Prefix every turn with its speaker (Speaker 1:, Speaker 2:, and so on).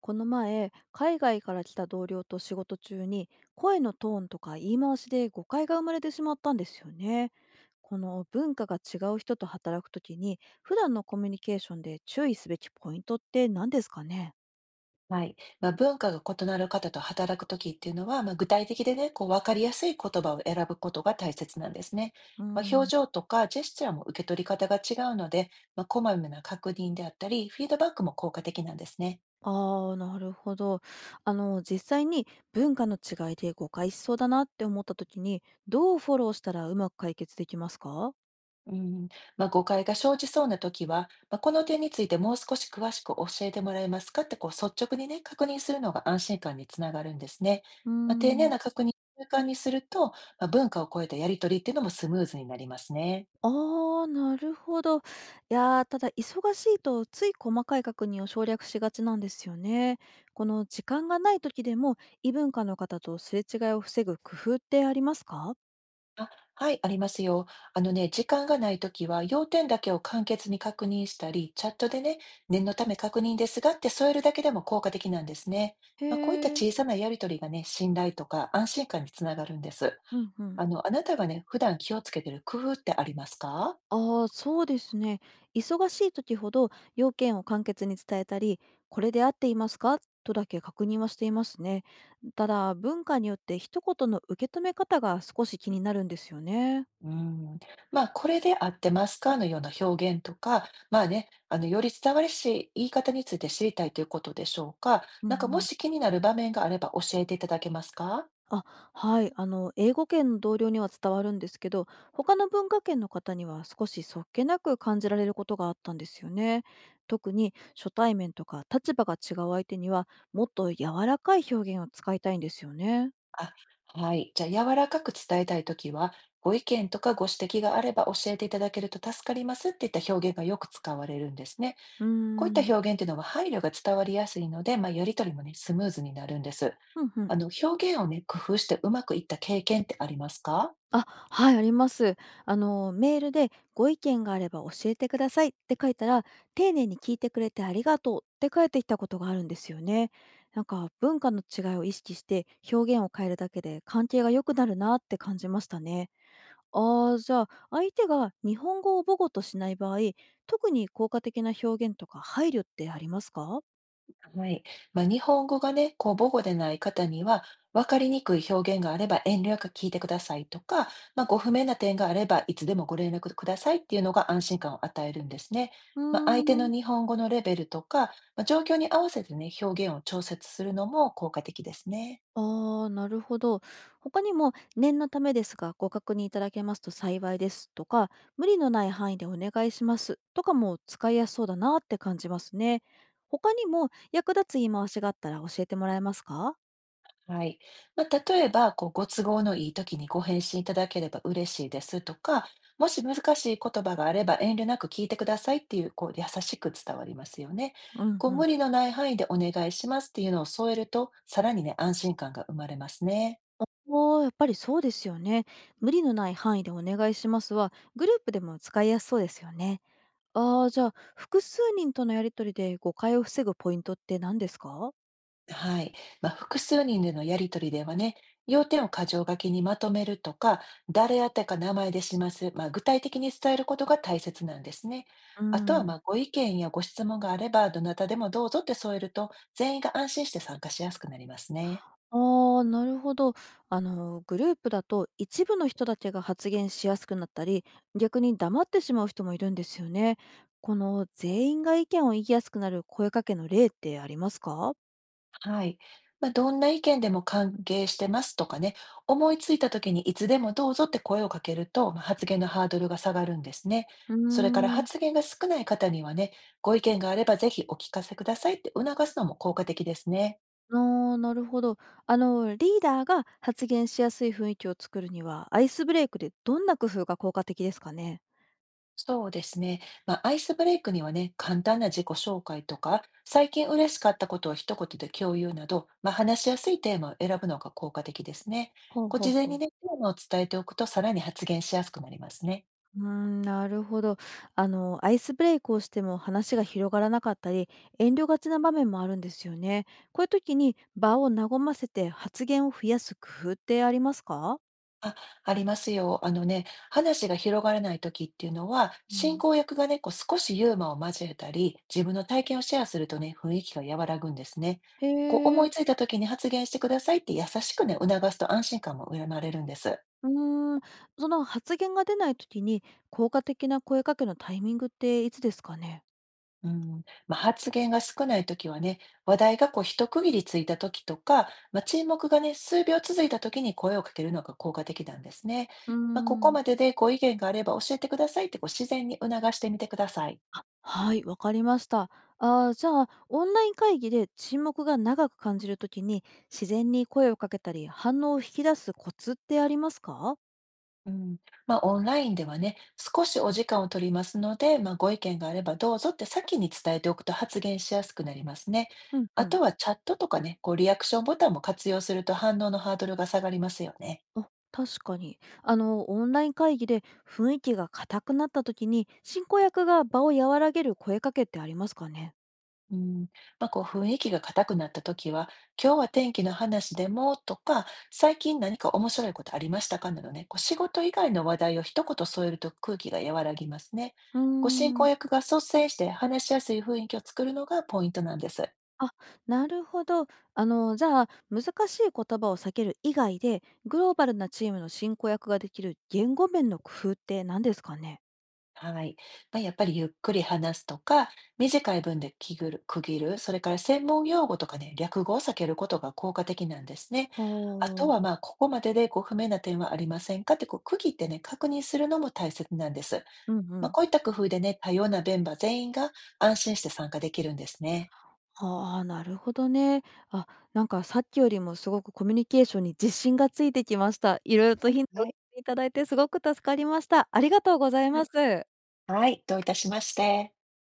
Speaker 1: この前、海外から来た同僚と仕事中に、声のトーンとか言い回しで誤解が生まれてしまったんですよね。この文化が違う人と働くときに、普段のコミュニケーションで注意すべきポイントって何ですかね？
Speaker 2: はい。文化が異なる方と働くときっていうのは、具体的でね、わかりやすい言葉を選ぶことが大切なんですね。
Speaker 1: う
Speaker 2: 表
Speaker 1: ん。
Speaker 2: 情とかジェスチャーも受け取り方が違うので、こまめな確認であったり、フィードバックも効果的なんですね。
Speaker 1: ああ、なるほど。実際に文化の違いで誤解しそうだなって思ったときに、どうフォローしたらうまく解決できますか？
Speaker 2: うん。誤解が生じそうなときは、この点についてもう少し詳しく教えてもらえますかって、率直にね、確認するのが安心感につながるんですね。
Speaker 1: うー
Speaker 2: 丁寧
Speaker 1: ん。
Speaker 2: な確認を習慣にすると、文化を超えたやりとりっていうのもスムーズになりますね。
Speaker 1: ああ、なるほど。いやー、ただ忙しいとつい細かい確認を省略しがちなんですよね。この時間がない時でも異文化の方とすれ違いを防ぐ工夫ってありますか？
Speaker 2: あ、はい、ありますよ。時間がないときは、要点だけを簡潔に確認したり、チャットでね、念のため確認ですがって添えるだけでも効果的なんですね。
Speaker 1: へ
Speaker 2: こういった
Speaker 1: え、
Speaker 2: 小さなやりとりがね、信頼とか安心感につながるんです。
Speaker 1: うんうん。
Speaker 2: あなたがね、普段気をつけてる工夫ってありますか？
Speaker 1: ああ、そうですね。忙しい時ほど要件を簡潔に伝えたり、これで合っていますかとだけ確認はしていますね。ただ、文化によって一言の受け止め方が少し気になるんですよね。
Speaker 2: うん、これで合ってますかのような表現とか、より伝わりし言い方について知りたいということでしょうか。
Speaker 1: うん
Speaker 2: なんか
Speaker 1: う
Speaker 2: も
Speaker 1: ん。
Speaker 2: し気になる場面があれば教えていただけますか？
Speaker 1: あ、はい。英語圏の同僚には伝わるんですけど、他の文化圏の方には少しそっけなく感じられることがあったんですよね。特に初対面とか立場が違う相手には、もっと柔らかい表現を使いたいんですよね。
Speaker 2: あ、はい。じゃあ、柔らかく伝えたいときは、ご意見とかご指摘があれば教えていただけると助かりますっていった表現がよく使われるんですね。
Speaker 1: うー
Speaker 2: こういった
Speaker 1: ん。
Speaker 2: 表現っていうのは配慮が伝わりやすいので、やりとりもね、スムーズになるんです。
Speaker 1: うんうん。
Speaker 2: 表現をね、工夫してうまくいった経験ってありますか？
Speaker 1: あ、はい、あります。メールでご意見があれば教えてくださいって書いたら、丁寧に聞いてくれてありがとうって返ってきたことがあるんですよね。なんか文化の違いを意識して表現を変えるだけで関係が良くなるなって感じましたね。ああ、じゃあ相手が日本語を母語としない場合、特に効果的な表現とか配慮ってありますか？
Speaker 2: はい。日本語がね、母語でない方には、分かりにくい表現があれば遠慮なく聞いてくださいとか、ご不明な点があればいつでもご連絡くださいっていうのが安心感を与えるんですね。
Speaker 1: うー
Speaker 2: 相手の
Speaker 1: ん。
Speaker 2: 日本語のレベルとか、状況に合わせてね、表現を調節するのも効果的ですね。
Speaker 1: ああ、なるほど。他にも、念のためですが、ご確認いただけますと幸いですとか、無理のない範囲でお願いしますとかも使いやすそうだなって感じますね。他にも役立つ言い回しがあったら教えてもらえますか？
Speaker 2: はい。例えば、ご都合のいい時にご返信いただければ嬉しいですとか、もし難しい言葉があれば遠慮なく聞いてくださいっていう、優しく伝わりますよね。
Speaker 1: うんう
Speaker 2: 無
Speaker 1: ん。
Speaker 2: 理のない範囲でお願いしますっていうのを添えると、さらにね、安心感が生まれますね。
Speaker 1: おーやっぱりそうですよね。無理のない範囲でお願いしますは、グループでも使いやすそうですよね。ああ、じゃあ、複数人とのやりとりで誤解を防ぐポイントって何ですか？
Speaker 2: はい。複数人でのやりとりではね、要点を箇条書きにまとめるとか、誰宛てか名前でします。具体的に伝えることが大切なんですね。
Speaker 1: う
Speaker 2: あとは、
Speaker 1: ん。
Speaker 2: ご意見やご質問があれば、どなたでもどうぞって添えると、全員が安心して参加しやすくなりますね。
Speaker 1: ああ、なるほど。グループだと一部の人だけが発言しやすくなったり、逆に黙ってしまう人もいるんですよね。この全員が意見を言いやすくなる声かけの例ってありますか？
Speaker 2: はい。どんな意見でも歓迎してますとかね、思いついた時にいつでもどうぞって声をかけると、発言のハードルが下がるんですね。
Speaker 1: うー
Speaker 2: それから
Speaker 1: ん。
Speaker 2: 発言が少ない方にはね、ご意見があればぜひお聞かせくださいって促すのも効果的ですね。
Speaker 1: ああ、なるほど。リーダーが発言しやすい雰囲気を作るには、アイスブレイクでどんな工夫が効果的ですかね？
Speaker 2: そうですね。アイスブレイクにはね、簡単な自己紹介とか、最近嬉しかったことを一言で共有など、話しやすいテーマを選ぶのが効果的ですね。
Speaker 1: ほうほう
Speaker 2: 事前
Speaker 1: ほ
Speaker 2: に
Speaker 1: う。
Speaker 2: ね、テーマを伝えておくと、さらに発言しやすくなりますね。
Speaker 1: うーん、なるほど。アイスブレイクをしても話が広がらなかったり、遠慮がちな場面もあるんですよね。こういう時に場を和ませて発言を増やす工夫ってありますか？
Speaker 2: あ、ありますよ。話が広がらない時っていうのは、
Speaker 1: う
Speaker 2: 進
Speaker 1: ん、
Speaker 2: 行役がね、少しユーモアを交えたり、自分の体験をシェアするとね、雰囲気が和らぐんですね。
Speaker 1: へ
Speaker 2: 思い
Speaker 1: え。
Speaker 2: ついた時に発言してくださいって優しくね、促すと安心感も生まれるんです。
Speaker 1: うーん、その発言が出ない時に効果的な声かけのタイミングっていつですかね？
Speaker 2: うん、発言が少ない時はね、話題が一区切りついた時とか、沈黙がね、数秒続いた時に声をかけるのが効果的なんですね。
Speaker 1: うー
Speaker 2: ここ
Speaker 1: ん。
Speaker 2: まででご意見があれば教えてくださいって自然に促してみてください。
Speaker 1: あ、はい、わかりました。ああ、じゃあ、オンライン会議で沈黙が長く感じるときに、自然に声をかけたり、反応を引き出すコツってありますか？
Speaker 2: うん、オンラインではね、少しお時間を取りますので、ご意見があればどうぞって先に伝えておくと発言しやすくなりますね。
Speaker 1: うんう
Speaker 2: あ
Speaker 1: ん。
Speaker 2: とはチャットとかね、リアクションボタンも活用すると反応のハードルが下がりますよね。
Speaker 1: あ、確かに。オンライン会議で雰囲気が硬くなったときに、進行役が場を和らげる声かけってありますかね？
Speaker 2: うん、雰囲気が硬くなった時は、今日は天気の話でもとか、最近何か面白いことありましたかなどね、仕事以外の話題を一言添えると空気が和らぎますね。
Speaker 1: うー
Speaker 2: ご進行
Speaker 1: ん。
Speaker 2: 役が率先して話しやすい雰囲気を作るのがポイントなんです。
Speaker 1: あ、なるほど。じゃあ、難しい言葉を避ける以外で、グローバルなチームの進行役ができる言語面の工夫って何ですかね？
Speaker 2: はい。やっぱりゆっくり話すとか、短い文で区切る、区切る、それから専門用語とかね、略語を避けることが効果的なんですね。
Speaker 1: は
Speaker 2: あと
Speaker 1: あ。
Speaker 2: はここまででご不明な点はありませんかって区切ってね、確認するのも大切なんです。
Speaker 1: うんうん。
Speaker 2: こういった工夫でね、多様なメンバー全員が安心して参加できるんですね。
Speaker 1: はあ、なるほどね。あ、なんかさっきよりもすごくコミュニケーションに自信がついてきました。いろいろと
Speaker 2: は
Speaker 1: ヒントを
Speaker 2: い。
Speaker 1: いただいてすごく助かりました。ありがとうございます。
Speaker 2: はい、どういたしまして。